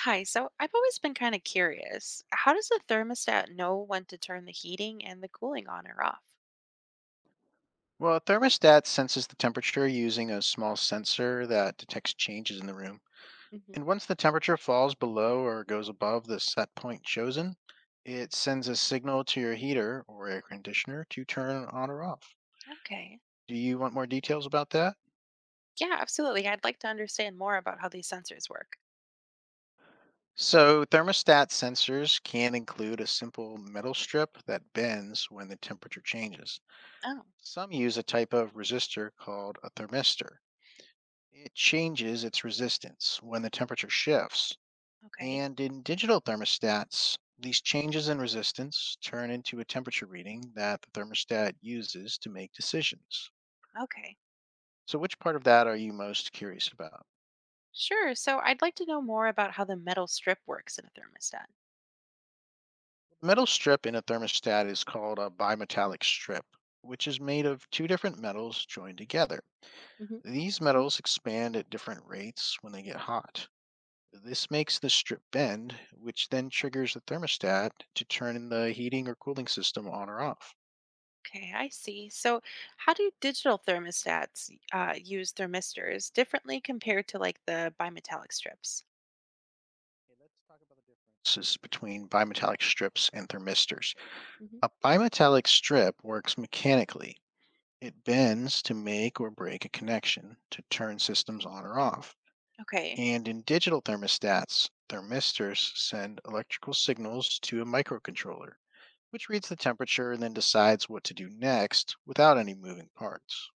Hi, so I've always been kind of curious. How does the thermostat know when to turn the heating and the cooling on or off? Well, a thermostat senses the temperature using a small sensor that detects changes in the room. Hmm. And once the temperature falls below or goes above the set point chosen, it sends a signal to your heater or air conditioner to turn on or off. Okay. Do you want more details about that? Yeah, absolutely. I'd like to understand more about how these sensors work. So, thermostat sensors can include a simple metal strip that bends when the temperature changes. Oh, Some use a type of resistor called a thermistor. It changes its resistance when the temperature shifts. okay. And in digital thermostats, these changes in resistance turn into a temperature reading that the thermostat uses to make decisions. Okay. So, which part of that are you most curious about? Sure. So I'd like to know more about how the metal strip works in a thermostat. Metal strip in a thermostat is called a bimetallic strip, which is made of two different metals joined together. Hmm. These metals expand at different rates when they get hot. This makes the strip bend, which then triggers the thermostat to turn the heating or cooling system on or off. Okay, I see. So how do digital thermostats use thermistors differently compared to like the bimetallic strips? Okay, let's talk about the differences between bimetallic strips and thermistors. Hmm. A bimetallic strip works mechanically. It bends to make or break a connection to turn systems on or off. Okay. And in digital thermostats, thermistors send electrical signals to a microcontroller, which reads the temperature and then decides what to do next without any moving parts.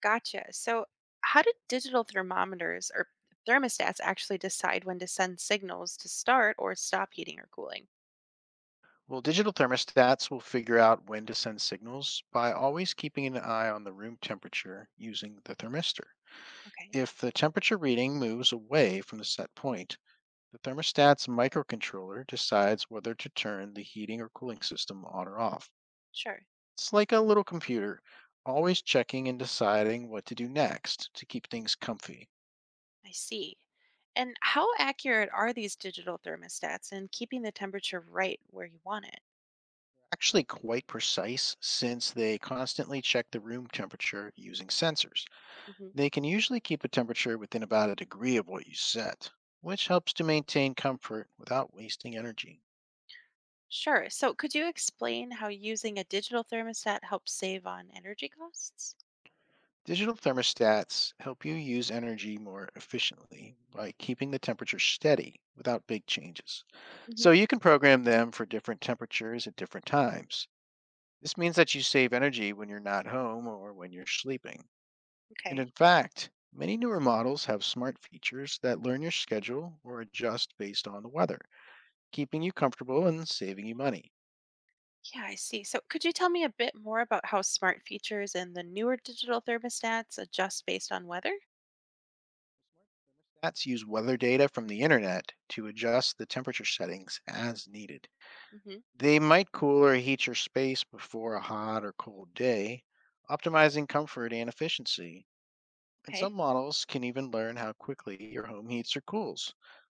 Gotcha. So, how do digital thermometers or thermostats actually decide when to send signals to start or stop heating or cooling? Well, digital thermostats will figure out when to send signals by always keeping an eye on the room temperature using the thermistor. Okay, If the temperature reading moves away from the set point, the thermostat's microcontroller decides whether to turn the heating or cooling system on or off. sure. It's like a little computer, always checking and deciding what to do next to keep things comfy. I see. And how accurate are these digital thermostats in keeping the temperature right where you want it? Actually, quite precise since they constantly check the room temperature using sensors. Hmm. They can usually keep a temperature within about a degree of what you set, which helps to maintain comfort without wasting energy. Sure. So, could you explain how using a digital thermostat helps save on energy costs? Digital thermostats help you use energy more efficiently by keeping the temperature steady without big changes. Hmm. So you can program them for different temperatures at different times. This means that you save energy when you're not home or when you're sleeping. And Okay. in fact, many newer models have smart features that learn your schedule or adjust based on the weather, keeping you comfortable and saving you money. Yeah, I see. So, could you tell me a bit more about how smart features and the newer digital thermostats adjust based on weather? Stats use weather data from the internet to adjust the temperature settings as needed. Hmm. They might cool or heat your space before a hot or cold day, optimizing comfort and efficiency. And some Okay, models can even learn how quickly your home heats or cools,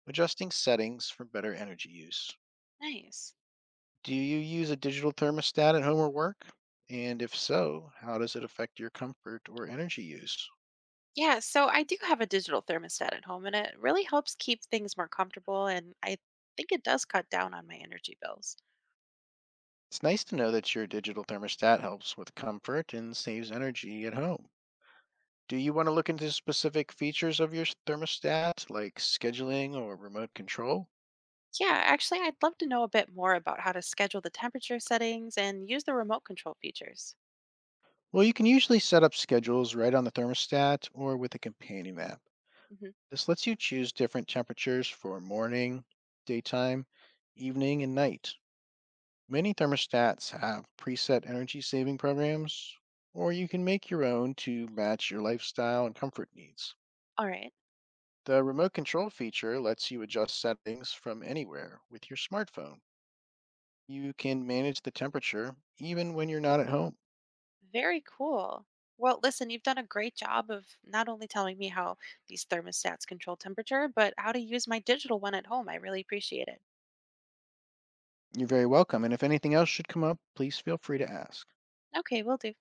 adjusting settings for better energy use. nice. Do you use a digital thermostat at home or work? And if so, how does it affect your comfort or energy use? Yeah, so I do have a digital thermostat at home and it really helps keep things more comfortable and I think it does cut down on my energy bills. It's nice to know that your digital thermostat helps with comfort and saves energy at home. Do you want to look into specific features of your s- thermostat, like scheduling or remote control? Yeah, actually, I'd love to know a bit more about how to schedule the temperature settings and use the remote control features. Well, you can usually set up schedules right on the thermostat or with a companion app. Mhm. This lets you choose different temperatures for morning, daytime, evening, and night. Many thermostats have preset energy saving programs, or you can make your own to match your lifestyle and comfort needs. All right, The remote control feature lets you adjust settings from anywhere with your smartphone. You can manage the temperature even when you're not at home. very cool. Well, listen, you've done a great job of not only telling me how these thermostats control temperature, but how to use my digital one at home. I really appreciate it. You're very welcome, and if anything else should come up, please feel free to ask. Okay, we'll do.